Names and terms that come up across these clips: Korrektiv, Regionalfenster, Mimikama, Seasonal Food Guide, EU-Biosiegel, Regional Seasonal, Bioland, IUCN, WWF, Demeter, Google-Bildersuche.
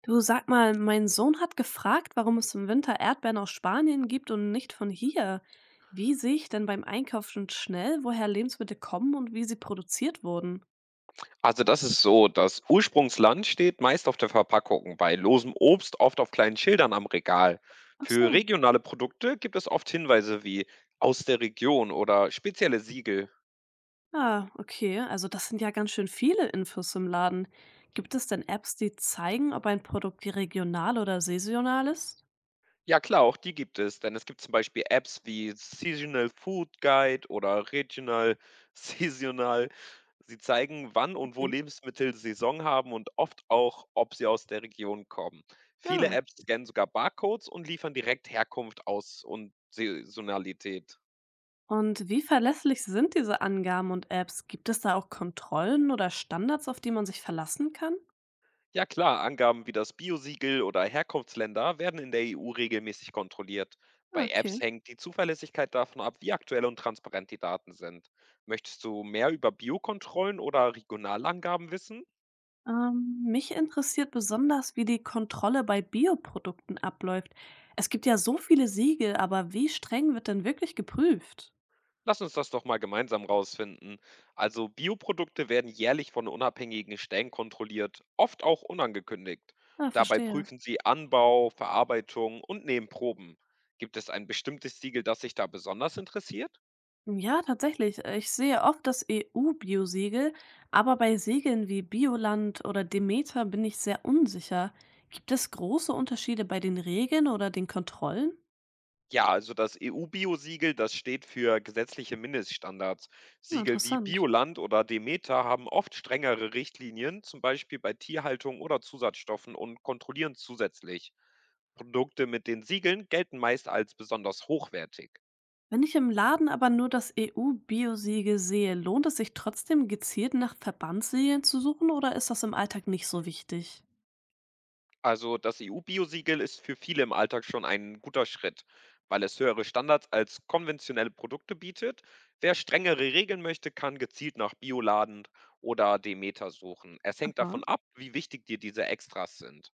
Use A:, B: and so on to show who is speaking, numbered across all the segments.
A: Du, sag mal, mein Sohn hat gefragt, warum es im Winter Erdbeeren aus Spanien gibt und nicht von hier. Wie sehe ich denn beim Einkauf schon schnell, woher Lebensmittel kommen und wie sie produziert wurden?
B: Also das ist so, das Ursprungsland steht meist auf der Verpackung, bei losem Obst oft auf kleinen Schildern am Regal.
A: Ach
B: Für
A: so.
B: regionale Produkte gibt es oft Hinweise wie aus der Region oder spezielle Siegel.
A: Okay, also das sind ja ganz schön viele Infos im Laden. Gibt es denn Apps, die zeigen, ob ein Produkt regional oder saisonal ist?
B: Ja klar, auch die gibt es, denn es gibt zum Beispiel Apps wie Seasonal Food Guide oder Regional Seasonal. Sie zeigen, wann und wo
A: Okay.
B: Lebensmittel Saison haben und oft auch, ob sie aus der Region kommen. Viele
A: Ja.
B: Apps scannen sogar Barcodes und liefern direkt Herkunft aus und Saisonalität.
A: Und wie verlässlich sind diese Angaben und Apps? Gibt es da auch Kontrollen oder Standards, auf die man sich verlassen kann?
B: Ja klar, Angaben wie das Biosiegel oder Herkunftsländer werden in der EU regelmäßig kontrolliert.
A: Ah,
B: Bei
A: Okay.
B: Apps hängt die Zuverlässigkeit davon ab, wie aktuell und transparent die Daten sind. Möchtest du mehr über Biokontrollen oder Regionalangaben wissen?
A: Mich interessiert besonders, wie die Kontrolle bei Bioprodukten abläuft. Es gibt ja so viele Siegel, aber wie streng wird denn wirklich geprüft?
B: Lass uns das doch mal gemeinsam rausfinden. Also Bioprodukte werden jährlich von unabhängigen Stellen kontrolliert, oft auch unangekündigt.
A: Ah,
B: Dabei
A: verstehe.
B: prüfen sie Anbau, Verarbeitung und nehmen Proben. Gibt es ein bestimmtes Siegel, das sich da besonders interessiert?
A: Ja, tatsächlich. Ich sehe oft das EU-Biosiegel, aber bei Siegeln wie Bioland oder Demeter bin ich sehr unsicher. Gibt es große Unterschiede bei den Regeln oder den Kontrollen?
B: Ja, also das EU-Biosiegel, das steht für gesetzliche Mindeststandards.
A: Ah,
B: Siegel wie
A: interessant.
B: Bioland oder Demeter haben oft strengere Richtlinien, zum Beispiel bei Tierhaltung oder Zusatzstoffen und kontrollieren zusätzlich. Produkte mit den Siegeln gelten meist als besonders hochwertig.
A: Wenn ich im Laden aber nur das EU-Biosiegel sehe, lohnt es sich trotzdem gezielt nach Verbandssiegeln zu suchen, oder ist das im Alltag nicht so wichtig?
B: Also das EU-Biosiegel ist für viele im Alltag schon ein guter Schritt, weil es höhere Standards als konventionelle Produkte bietet. Wer strengere Regeln möchte, kann gezielt nach Bioladen oder Demeter suchen. Es hängt
A: Aha.
B: davon ab, wie wichtig dir diese Extras sind.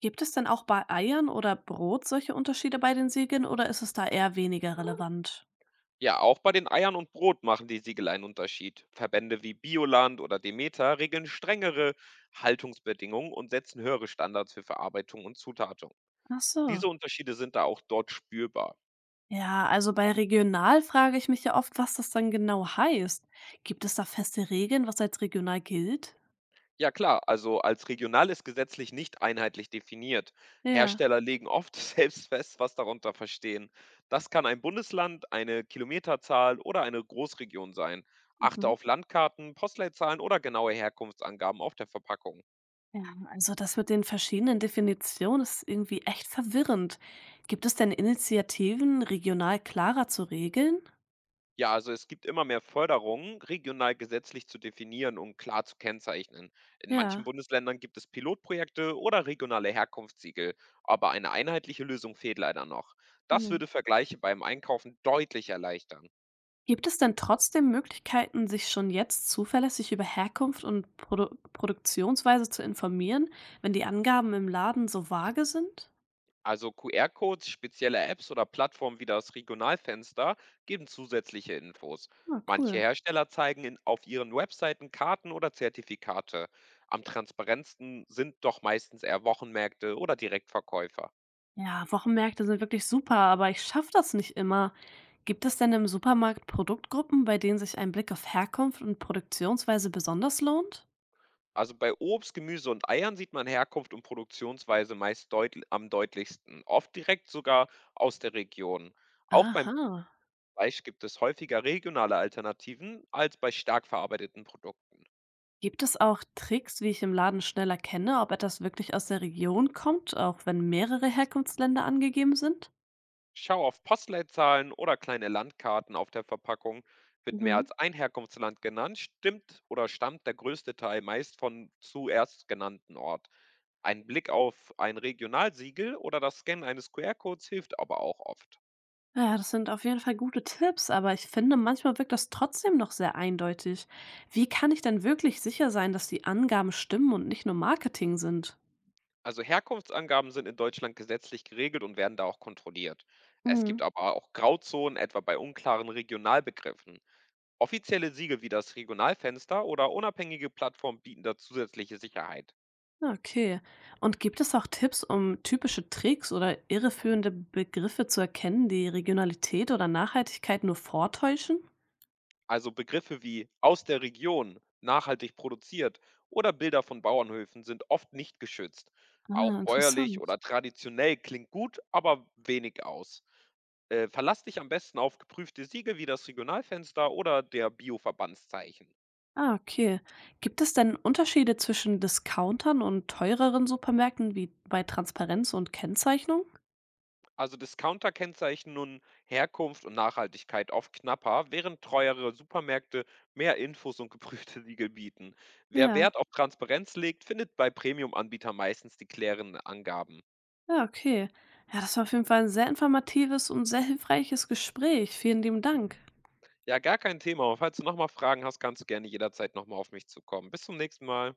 A: Gibt es denn auch bei Eiern oder Brot solche Unterschiede bei den Siegeln oder ist es da eher weniger relevant?
B: Ja, auch bei den Eiern und Brot machen die Siegel einen Unterschied. Verbände wie Bioland oder Demeter regeln strengere Haltungsbedingungen und setzen höhere Standards für Verarbeitung und Zutatung.
A: Ach so.
B: Diese Unterschiede sind da auch dort spürbar.
A: Ja, also bei regional frage ich mich ja oft, was das dann genau heißt. Gibt es da feste Regeln, was als regional gilt?
B: Ja klar, also als regional ist gesetzlich nicht einheitlich definiert.
A: Ja.
B: Hersteller legen oft selbst fest, was darunter verstehen. Das kann ein Bundesland, eine Kilometerzahl oder eine Großregion sein. Achte
A: Mhm.
B: auf Landkarten, Postleitzahlen oder genaue Herkunftsangaben auf der Verpackung.
A: Ja, also das mit den verschiedenen Definitionen ist irgendwie echt verwirrend. Gibt es denn Initiativen, regional klarer zu regeln?
B: Ja, also es gibt immer mehr Förderungen, regional gesetzlich zu definieren und klar zu kennzeichnen. In manchen
A: Ja.
B: Bundesländern gibt es Pilotprojekte oder regionale Herkunftssiegel, aber eine einheitliche Lösung fehlt leider noch. Das
A: Hm.
B: würde Vergleiche beim Einkaufen deutlich erleichtern.
A: Gibt es denn trotzdem Möglichkeiten, sich schon jetzt zuverlässig über Herkunft und Produktionsweise zu informieren, wenn die Angaben im Laden so vage sind?
B: Also QR-Codes, spezielle Apps oder Plattformen wie das Regionalfenster geben zusätzliche Infos.
A: Na
B: Manche
A: cool.
B: Hersteller zeigen in, auf ihren Webseiten Karten oder Zertifikate. Am transparentsten sind doch meistens eher Wochenmärkte oder Direktverkäufer.
A: Ja, Wochenmärkte sind wirklich super, aber ich schaffe das nicht immer. Gibt es denn im Supermarkt Produktgruppen, bei denen sich ein Blick auf Herkunft und Produktionsweise besonders lohnt?
B: Also bei Obst, Gemüse und Eiern sieht man Herkunft und Produktionsweise meist deutl am deutlichsten, oft direkt sogar aus der Region. Auch beim
A: Aha.
B: Fleisch gibt es häufiger regionale Alternativen als bei stark verarbeiteten Produkten.
A: Gibt es auch Tricks, wie ich im Laden schnell erkenne, ob etwas wirklich aus der Region kommt, auch wenn mehrere Herkunftsländer angegeben sind?
B: Schau auf Postleitzahlen oder kleine Landkarten auf der Verpackung. Wird mehr
A: Mhm.
B: als ein Herkunftsland genannt, stimmt oder stammt der größte Teil meist von zuerst genannten Ort. Ein Blick auf ein Regionalsiegel oder das Scannen eines QR-Codes hilft aber auch oft.
A: Ja, das sind auf jeden Fall gute Tipps, aber ich finde, manchmal wirkt das trotzdem noch sehr eindeutig. Wie kann ich denn wirklich sicher sein, dass die Angaben stimmen und nicht nur Marketing sind?
B: Also Herkunftsangaben sind in Deutschland gesetzlich geregelt und werden da auch kontrolliert. Es gibt
A: Mhm.
B: aber auch Grauzonen, etwa bei unklaren Regionalbegriffen. Offizielle Siegel wie das Regionalfenster oder unabhängige Plattformen bieten da zusätzliche Sicherheit.
A: Ja, okay. Und gibt es auch Tipps, um typische Tricks oder irreführende Begriffe zu erkennen, die Regionalität oder Nachhaltigkeit nur vortäuschen?
B: Also Begriffe wie aus der Region, nachhaltig produziert oder Bilder von Bauernhöfen sind oft nicht geschützt. Auch
A: Ah,
B: bäuerlich
A: interessant.
B: oder traditionell klingt gut, aber wenig aus. Verlass dich am besten auf geprüfte Siegel wie das Regionalfenster oder der Bioverbandszeichen.
A: Ah, okay. Gibt es denn Unterschiede zwischen Discountern und teureren Supermärkten wie bei Transparenz und Kennzeichnung?
B: Also Discounter kennzeichnen nun Herkunft und Nachhaltigkeit oft knapper, während treuere Supermärkte mehr Infos und geprüfte Siegel bieten. Wer
A: Ja,
B: Wert auf Transparenz legt, findet bei Premium-Anbietern meistens die klärenden Angaben.
A: ja, okay. Ja, das war auf jeden Fall ein sehr informatives und sehr hilfreiches Gespräch. Vielen lieben Dank.
B: Ja, gar kein Thema. Und falls du nochmal Fragen hast, kannst du gerne jederzeit nochmal auf mich zukommen. Bis zum nächsten Mal.